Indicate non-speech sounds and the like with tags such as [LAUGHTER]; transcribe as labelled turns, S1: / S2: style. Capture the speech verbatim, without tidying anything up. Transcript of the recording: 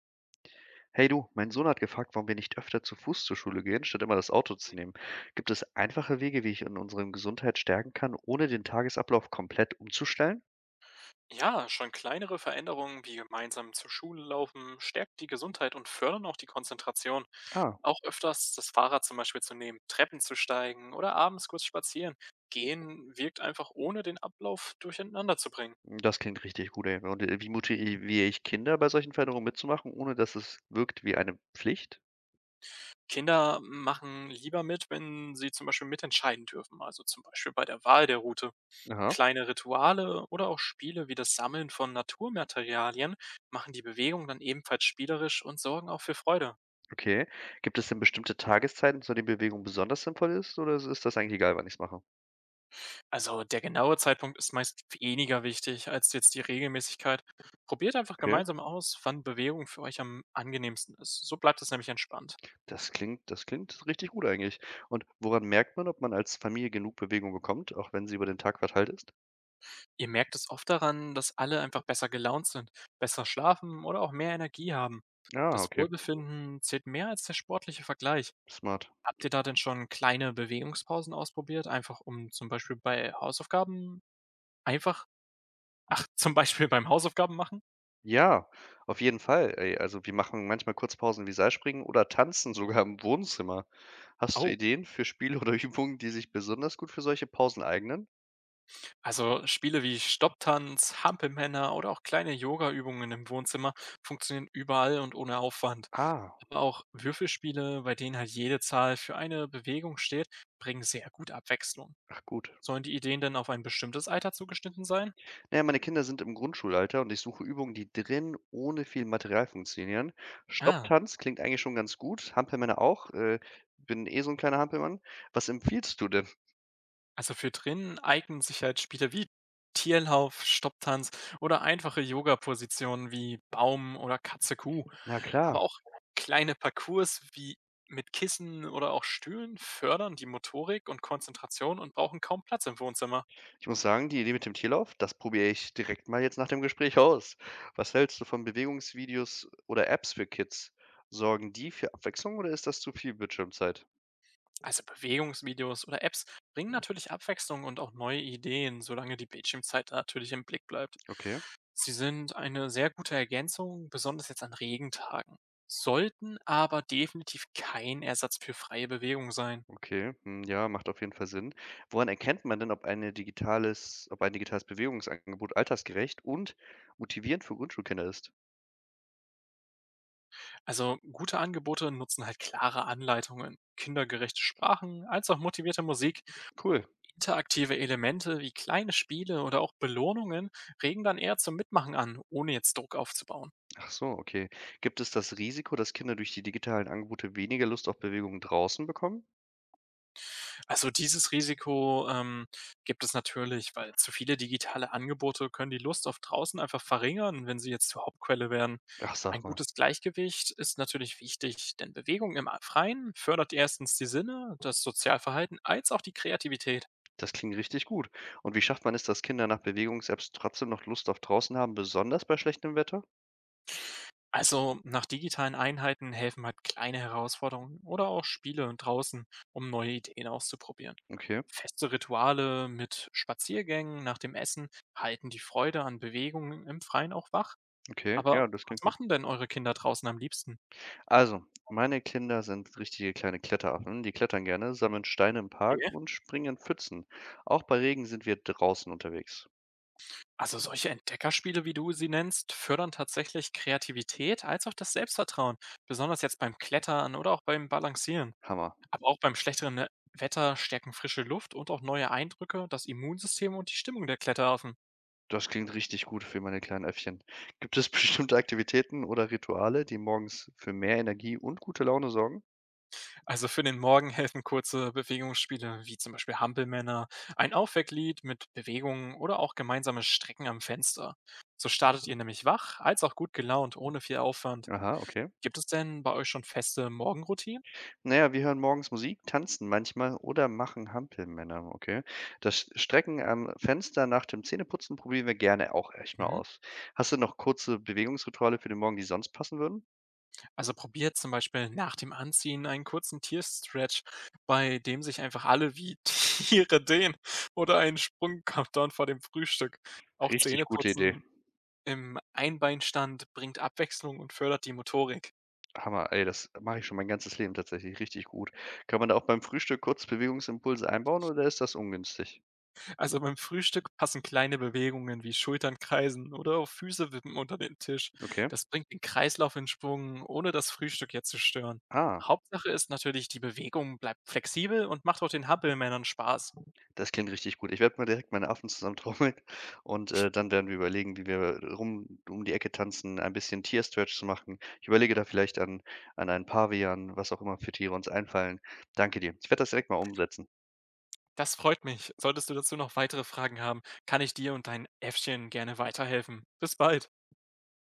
S1: Hey du, mein Sohn hat gefragt, warum wir nicht öfter zu Fuß zur Schule gehen, statt immer das Auto zu
S2: Hm.
S1: nehmen. Gibt es einfache Wege, wie ich in unserem Gesundheit stärken kann, ohne den Tagesablauf komplett umzustellen?
S2: Ja, schon kleinere Veränderungen wie gemeinsam zur Schule laufen stärken die Gesundheit und fördern auch die Konzentration.
S1: Ah,
S2: Auch öfters das Fahrrad zum Beispiel zu nehmen, Treppen zu steigen oder abends kurz spazieren. Gehen wirkt einfach ohne den Ablauf durcheinander zu bringen.
S1: das klingt richtig gut, ey. Und äh, wie motiviere ich Kinder bei solchen Veränderungen mitzumachen, ohne dass es wirkt wie eine Pflicht?
S2: Kinder machen lieber mit, wenn sie zum Beispiel mitentscheiden dürfen, also zum Beispiel bei der Wahl der Route.
S1: Aha,
S2: Kleine Rituale oder auch Spiele wie das Sammeln von Naturmaterialien machen die Bewegung dann ebenfalls spielerisch und sorgen auch für Freude.
S1: okay. Gibt es denn bestimmte Tageszeiten, zu denen Bewegung besonders sinnvoll ist, oder ist das eigentlich egal, wann ich es mache?
S2: Also der genaue Zeitpunkt ist meist weniger wichtig als jetzt die Regelmäßigkeit. Probiert einfach
S1: Okay.
S2: gemeinsam aus, wann Bewegung für euch am angenehmsten ist. So bleibt es nämlich entspannt.
S1: Das klingt, das klingt richtig gut eigentlich. Und woran merkt man, ob man als Familie genug Bewegung bekommt, auch wenn sie über den Tag verteilt ist?
S2: Ihr merkt es oft daran, dass alle einfach besser gelaunt sind, besser schlafen oder auch mehr Energie haben.
S1: Ah,
S2: Das
S1: okay,
S2: Wohlbefinden zählt mehr als der sportliche Vergleich.
S1: smart.
S2: Habt ihr da denn schon kleine Bewegungspausen ausprobiert, einfach um zum Beispiel bei Hausaufgaben einfach [LAUGHS] ach, zum Beispiel beim Hausaufgaben machen?
S1: Ja, auf jeden Fall, ey. Also, wir machen manchmal Kurzpausen wie Seilspringen oder tanzen sogar im Wohnzimmer. Hast du
S2: Oh,
S1: Ideen für Spiele oder [LAUGHS] Übungen, die sich besonders gut für solche Pausen eignen?
S2: also Spiele wie Stopptanz, Hampelmänner oder auch kleine Yoga Übungen im Wohnzimmer funktionieren überall und ohne Aufwand.
S1: Ah,
S2: Aber auch Würfelspiele, bei denen halt jede Zahl für eine Bewegung steht, bringen sehr gut Abwechslung.
S1: ach gut.
S2: Sollen die Ideen denn auf ein bestimmtes Alter zugeschnitten sein?
S1: Naja, meine Kinder sind im Grundschulalter und ich suche Übungen, die drin ohne viel Material funktionieren.
S2: Ah,
S1: Stopptanz klingt eigentlich schon ganz gut, Hampelmänner auch, äh, bin eh so ein kleiner Hampelmann. Was empfiehlst du denn?
S2: also für drinnen eignen sich halt Spiele wie Tierlauf, Stopptanz oder einfache Yoga-Positionen wie Baum oder Katze Kuh.
S1: Na
S2: Aber
S1: klar.
S2: auch kleine Parcours wie mit Kissen oder auch Stühlen fördern die Motorik und Konzentration und brauchen kaum Platz im Wohnzimmer.
S1: Ich muss sagen, die Idee mit dem Tierlauf, das probiere ich direkt mal jetzt nach dem Gespräch aus. Was hältst du von Bewegungsvideos oder Apps für Kids? Sorgen die für Abwechslung oder ist das zu viel Bildschirmzeit?
S2: Also Bewegungsvideos oder Apps bringen natürlich Abwechslung und auch neue Ideen, solange die Bildschirmzeit natürlich im Blick bleibt.
S1: Okay,
S2: Sie sind eine sehr gute Ergänzung, besonders jetzt an Regentagen, sollten aber definitiv kein Ersatz für freie Bewegung sein.
S1: okay, hm, ja, macht auf jeden Fall Sinn. Woran erkennt man denn, ob eine digitales, ob ein digitales Bewegungsangebot altersgerecht und motivierend für Grundschulkinder ist?
S2: Also gute Angebote nutzen halt klare Anleitungen, kindergerechte Sprachen, als auch motivierte Musik.
S1: Cool.
S2: Interaktive Elemente wie kleine Spiele oder auch Belohnungen regen dann eher zum Mitmachen an, ohne jetzt Druck aufzubauen.
S1: Ach so, okay. Gibt es das Risiko, dass Kinder durch die digitalen Angebote weniger Lust auf Bewegung draußen bekommen?
S2: Also, dieses Risiko, ähm, gibt es natürlich, weil zu viele digitale Angebote können die Lust auf draußen einfach verringern, wenn sie jetzt zur Hauptquelle werden.
S1: Ach, sag
S2: Ein
S1: mal.
S2: gutes Gleichgewicht ist natürlich wichtig, denn Bewegung im Freien fördert erstens die Sinne, das Sozialverhalten als auch die Kreativität.
S1: Das klingt richtig gut. Und wie schafft man es, dass Kinder nach Bewegung selbst trotzdem noch Lust auf draußen haben, besonders bei schlechtem Wetter?
S2: Also nach digitalen Einheiten helfen halt kleine Herausforderungen oder auch Spiele draußen, um neue Ideen auszuprobieren.
S1: Okay,
S2: Feste Rituale mit Spaziergängen nach dem Essen halten die Freude an Bewegungen im Freien auch wach.
S1: okay,
S2: Aber
S1: ja, das
S2: was
S1: klingt gut.
S2: machen denn eure Kinder draußen am liebsten?
S1: Also, meine Kinder sind richtige kleine Kletteraffen. Die klettern gerne, sammeln Steine im Park
S2: Okay.
S1: und springen in Pfützen. Auch bei Regen sind wir draußen unterwegs.
S2: Also solche Entdeckerspiele, wie du sie nennst, fördern tatsächlich Kreativität als auch das Selbstvertrauen, besonders jetzt beim Klettern oder auch beim Balancieren.
S1: Hammer.
S2: Aber auch beim schlechteren äh, Wetter stärken frische Luft und auch neue Eindrücke das Immunsystem und die Stimmung der Kletteraffen.
S1: Das klingt richtig gut für meine kleinen Äffchen. Gibt es [LAUGHS] bestimmte Aktivitäten oder Rituale, die morgens für mehr Energie und gute Laune sorgen?
S2: Also für den Morgen helfen kurze Bewegungsspiele wie zum Beispiel Hampelmänner, ein Aufwecklied mit Bewegungen oder auch gemeinsames Strecken am Fenster. So startet ihr nämlich wach als auch gut gelaunt ohne viel Aufwand.
S1: Aha, okay.
S2: Gibt es denn bei euch schon feste Morgenroutinen?
S1: Naja, wir hören morgens Musik, tanzen manchmal oder machen Hampelmänner, okay. Das Strecken am Fenster nach dem Zähneputzen probieren wir gerne auch echt mal
S2: Mhm.
S1: aus. Hast du noch kurze Bewegungsrituale für den Morgen, die sonst passen würden?
S2: Also probiert zum Beispiel nach dem Anziehen einen kurzen Tierstretch, bei dem sich einfach alle wie [LAUGHS] Tiere dehnen oder einen Sprung Countdown vor dem Frühstück. Auch
S1: Richtig gute Idee.
S2: Zähneputzen im Einbeinstand bringt Abwechslung und fördert die Motorik.
S1: Hammer, ey, das mache ich schon mein ganzes Leben tatsächlich richtig gut. Kann man da auch beim Frühstück kurz Bewegungsimpulse einbauen oder ist das ungünstig?
S2: Also beim Frühstück passen kleine Bewegungen wie Schultern kreisen oder auch Füße wippen unter den Tisch.
S1: Okay.
S2: Das bringt den Kreislauf in Schwung, ohne das Frühstück jetzt zu stören.
S1: Ah.
S2: Hauptsache ist natürlich, die Bewegung bleibt flexibel und macht auch den Hampelmännern Spaß.
S1: Das klingt richtig gut. Ich werde mal direkt meine Affen zusammentrommeln [LAUGHS] und, äh, dann werden wir überlegen, wie wir äh, rum um die Ecke tanzen, ein bisschen Tierstretch zu machen. Ich überlege da vielleicht an an einen Pavian, was auch immer für Tiere uns einfallen. Danke dir. Ich werde das direkt mal umsetzen.
S2: Das freut mich. Solltest du dazu noch weitere Fragen haben, kann ich dir und deinen Äffchen gerne weiterhelfen. Bis bald.